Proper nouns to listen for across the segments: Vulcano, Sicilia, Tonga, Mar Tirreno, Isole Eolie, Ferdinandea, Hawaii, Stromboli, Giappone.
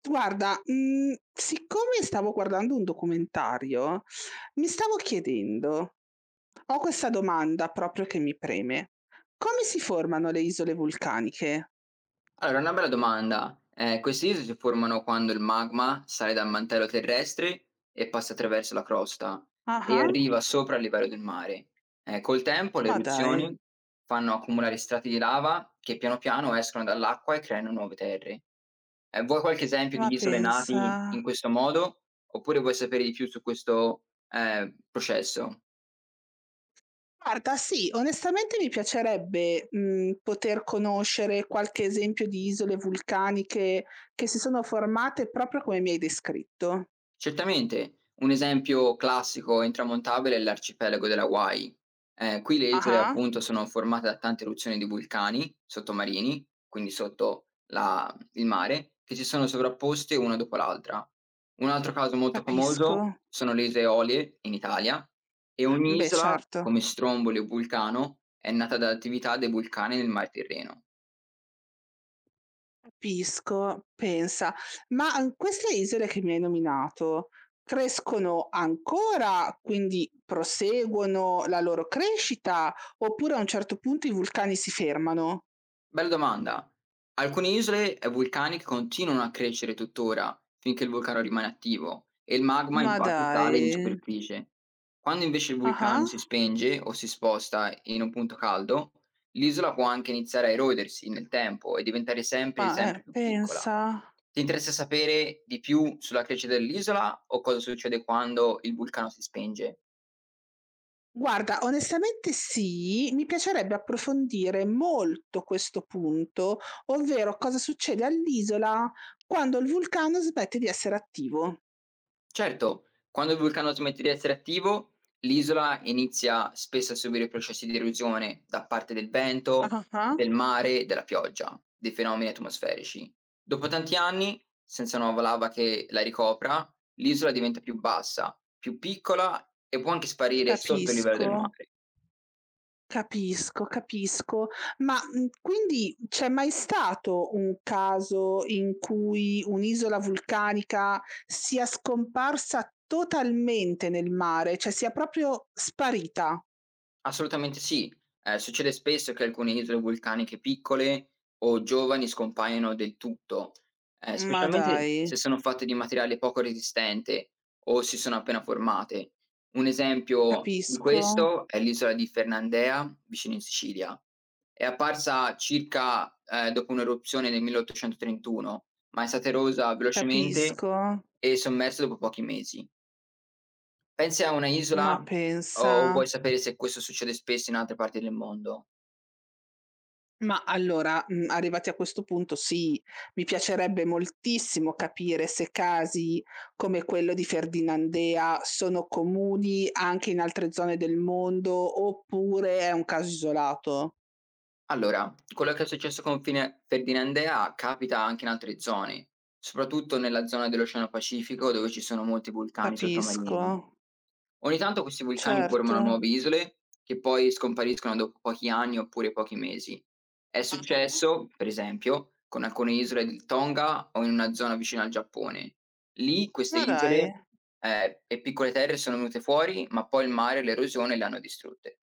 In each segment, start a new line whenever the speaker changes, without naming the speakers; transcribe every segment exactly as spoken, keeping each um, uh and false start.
Guarda, mhmm, siccome stavo guardando un documentario, mi stavo chiedendo ho questa domanda proprio che mi preme: come si formano le isole vulcaniche?
Allora, una bella domanda. Eh, queste isole si formano quando il magma sale dal mantello terrestre e passa attraverso la crosta e
Ah-ah,
arriva sopra il livello del mare. Eh, col tempo le
ma dai,
eruzioni fanno accumulare strati di lava che piano piano escono dall'acqua e creano nuove terre. Eh, vuoi qualche esempio
ma
di isole
pensa.
nati in questo modo oppure vuoi sapere di più su questo eh, processo?
Guarda sì, onestamente mi piacerebbe, mhmm, poter conoscere qualche esempio di isole vulcaniche che si sono formate proprio come mi hai descritto.
Certamente. Un esempio classico e intramontabile è l'arcipelago delle Hawaii. Ehm, qui le isole
Ah-ah,
appunto sono formate da tante eruzioni di vulcani sottomarini, quindi sotto la il mare, che si sono sovrapposte una dopo l'altra. Un altro caso molto
capisco.
famoso sono le Isole Eolie in Italia e ogni
Beh,
isola,
certo.
come Stromboli o Vulcano, è nata da attività dei vulcani nel Mar Tirreno.
Capisco, pensa. Ma, uhm, queste isole che mi hai nominato crescono ancora, quindi proseguono la loro crescita, oppure a un certo punto i vulcani si fermano?
Bella domanda. Alcune isole eh, vulcaniche continuano a crescere tuttora finché il vulcano rimane attivo e il magma
Ma
infatti
dai.
sale in superficie. Quando invece il
Ah-ah.
vulcano si spenge o si sposta in un punto caldo, l'isola può anche iniziare a erodersi nel tempo e diventare
Ma,
sempre
eh,
sempre più piccola.
pensa.
Ti interessa sapere di più sulla crescita dell'isola o cosa succede quando il vulcano si spenge?
Guarda, onestamente sì, mi piacerebbe approfondire molto questo punto, ovvero cosa succede all'isola quando il vulcano smette di essere attivo.
Certo, quando il vulcano smette di essere attivo, l'isola inizia spesso a subire processi di erosione da parte del vento,
Ah-ah.
del mare, della pioggia, dei fenomeni atmosferici. Dopo tanti anni, senza nuova lava che la ricopra, l'isola diventa più bassa, più piccola e può anche sparire sotto il livello
Capisco,
del mare.
capisco, capisco. Ma, mhmm, quindi c'è mai stato un caso in cui un'isola vulcanica sia scomparsa totalmente nel mare, cioè sia proprio sparita?
Assolutamente sì. Ehm, succede spesso che alcune isole vulcaniche piccole o giovani scompaiano del tutto, ehm,
Ma
specialmente se
dai,
sono fatte di materiale poco resistente o si sono appena formate. Un esempio di
capisco,
questo è l'isola di Fernandea, vicino in Sicilia. È apparsa circa, ehm, dopo un'eruzione nel milleottocentotrentuno, ma è stata erosa velocemente
capisco.
e sommersa dopo pochi mesi. Pensi a una isola
Ma pensa.
o vuoi sapere se questo succede spesso in altre parti del mondo?
Ma allora, mhmm, arrivati a questo punto sì, mi piacerebbe moltissimo capire se casi come quello di Ferdinandea sono comuni anche in altre zone del mondo, oppure è un caso isolato.
Allora, quello che è successo con Fine- Ferdinandea capita anche in altre zone, soprattutto nella zona dell'Oceano Pacifico dove ci sono molti vulcani
Capisco,
sottomarini. Ogni tanto questi vulcani formano
certo.
nuove isole che poi scompariscono dopo pochi anni oppure pochi mesi. È
Ah-ah.
successo, per esempio, con alcune isole del Tonga o in una zona vicina al Giappone. Lì queste
Ma dai.
isole eh, e piccole terre sono venute fuori, ma poi il mare e l'erosione le hanno distrutte.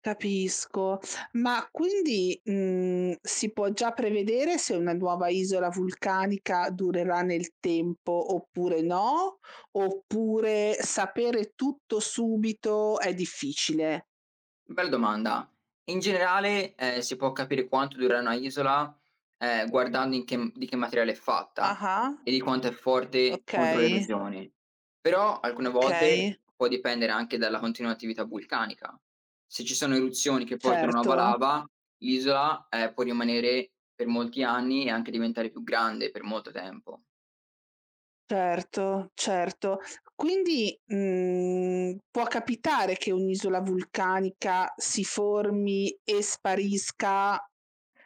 Capisco. Ma quindi, mhmm, si può già prevedere se una nuova isola vulcanica durerà nel tempo oppure no? Oppure sapere tutto subito è difficile?
Bella domanda. In generale, ehm, si può capire quanto durerà una isola, ehm, guardando in che m di che materiale è fatta
Ah-ah.
e di quanto è forte contro
Okay,
l'erosione. Però alcune volte
okay.
può dipendere anche dalla continua attività vulcanica. Se ci sono eruzioni che portano a nuova
Certo.
lava, l'isola, ehm, può rimanere per molti anni e anche diventare più grande per molto tempo.
Certo, certo. Quindi, mhmm, può capitare che un'isola vulcanica si formi e sparisca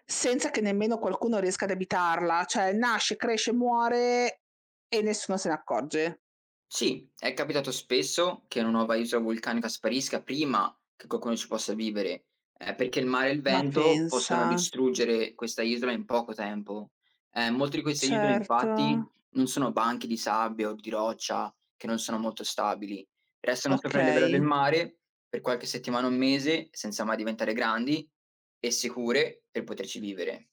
senza che nemmeno qualcuno riesca ad abitarla, cioè nasce, cresce, muore e nessuno se ne accorge.
Sì, è capitato spesso che una nuova isola vulcanica sparisca prima che qualcuno ci possa vivere, ehm, perché il mare e il
Ma
vento
pensa.
possono distruggere questa isola in poco tempo. Ehm, molte di queste isole
Certo.
infatti non sono banchi di sabbia o di roccia che non sono molto stabili, restano sopra il livello del
Okay.
mare per qualche settimana o un mese senza mai diventare grandi e sicure per poterci vivere.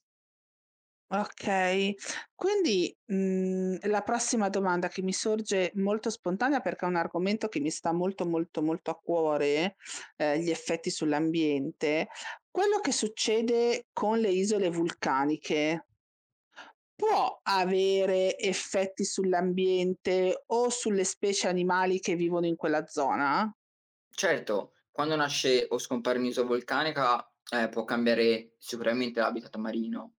Okay. Quindi, mhmm, la prossima domanda che mi sorge molto spontanea, perché è un argomento che mi sta molto, molto, molto a cuore, ehm, gli effetti sull'ambiente, quello che succede con le isole vulcaniche può avere effetti sull'ambiente o sulle specie animali che vivono in quella zona?
Certo, quando nasce o scompare un'isola vulcanica, ehm, può cambiare sicuramente l'habitat marino.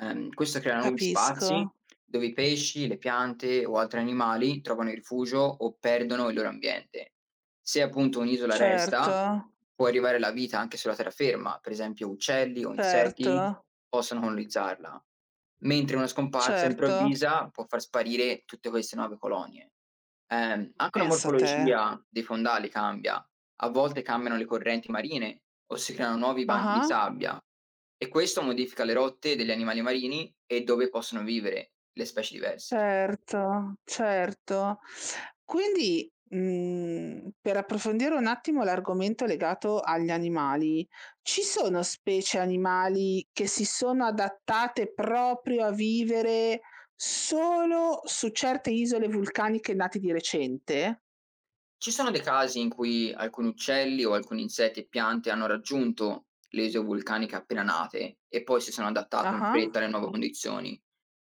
Ehm, questo crea nuovi
Capisco.
spazi dove i pesci, le piante o altri animali trovano il rifugio o perdono il loro ambiente. Se appunto un'isola
Certo,
resta, può arrivare la vita anche sulla terraferma, per esempio uccelli o insetti
certo,
possono colonizzarla, mentre una scomparsa
certo.
improvvisa può far sparire tutte queste nuove colonie. Ehm, anche una
Pensa te.
morfologia dei fondali cambia, a volte cambiano le correnti marine o si creano nuovi banchi di
Ah-ah.
sabbia, e questo modifica le rotte degli animali marini e dove possono vivere le specie diverse.
Certo, certo. Quindi, mhmm, per approfondire un attimo l'argomento legato agli animali, ci sono specie animali che si sono adattate proprio a vivere solo su certe isole vulcaniche nate di recente?
Ci sono dei casi in cui alcuni uccelli o alcuni insetti e piante hanno raggiunto le isole vulcaniche appena nate e poi si sono adattati in
Ah-ah.
fretta alle nuove condizioni.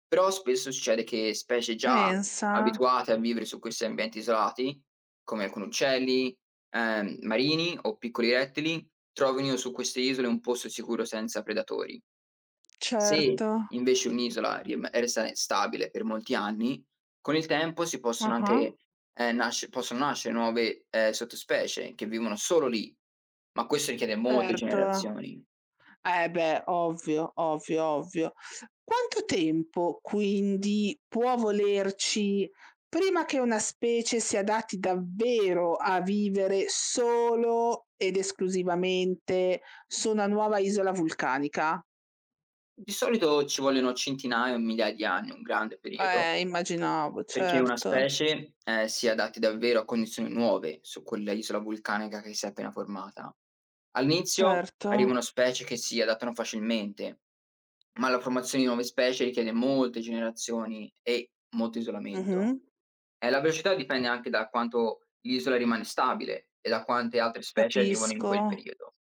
Però spesso succede che specie già
Pensa.
abituate a vivere su questi ambienti isolati, come alcuni uccelli, ehm, marini o piccoli rettili, trovino su queste isole un posto sicuro senza predatori. Se
Certo.
invece un'isola riem resta stabile per molti anni, con il tempo si possono
Ah-ah.
anche ehm, nasce possono nascere nuove, ehm, sottospecie che vivono solo lì, ma questo richiede molte
Certo.
generazioni.
Eh beh, ovvio, ovvio, ovvio. Quanto tempo quindi può volerci prima che una specie si adatti davvero a vivere solo ed esclusivamente su una nuova isola vulcanica?
Di solito ci vogliono centinaia o migliaia di anni, un grande periodo.
Eh, immaginavo,
Perché una
certo,
specie, ehm, si adatti davvero a condizioni nuove su quell'isola vulcanica che si è appena formata. All'inizio
certo.
arrivano specie che si adattano facilmente, ma la formazione di nuove specie richiede molte generazioni e molto
Mh-mh,
isolamento. E la velocità dipende anche da quanto l'isola rimane stabile e da quante altre specie arrivano in
capisco.
quel periodo.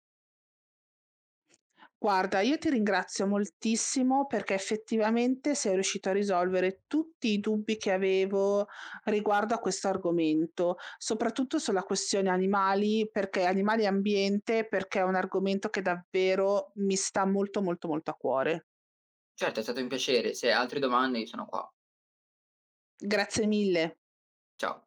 Guarda, io ti ringrazio moltissimo perché effettivamente sei riuscito a risolvere tutti i dubbi che avevo riguardo a questo argomento, soprattutto sulla questione animali, perché animali e ambiente, perché è un argomento che davvero mi sta molto, molto, molto a cuore.
Certo, è stato un piacere. Se hai altre domande io sono qua.
Grazie mille.
Ciao.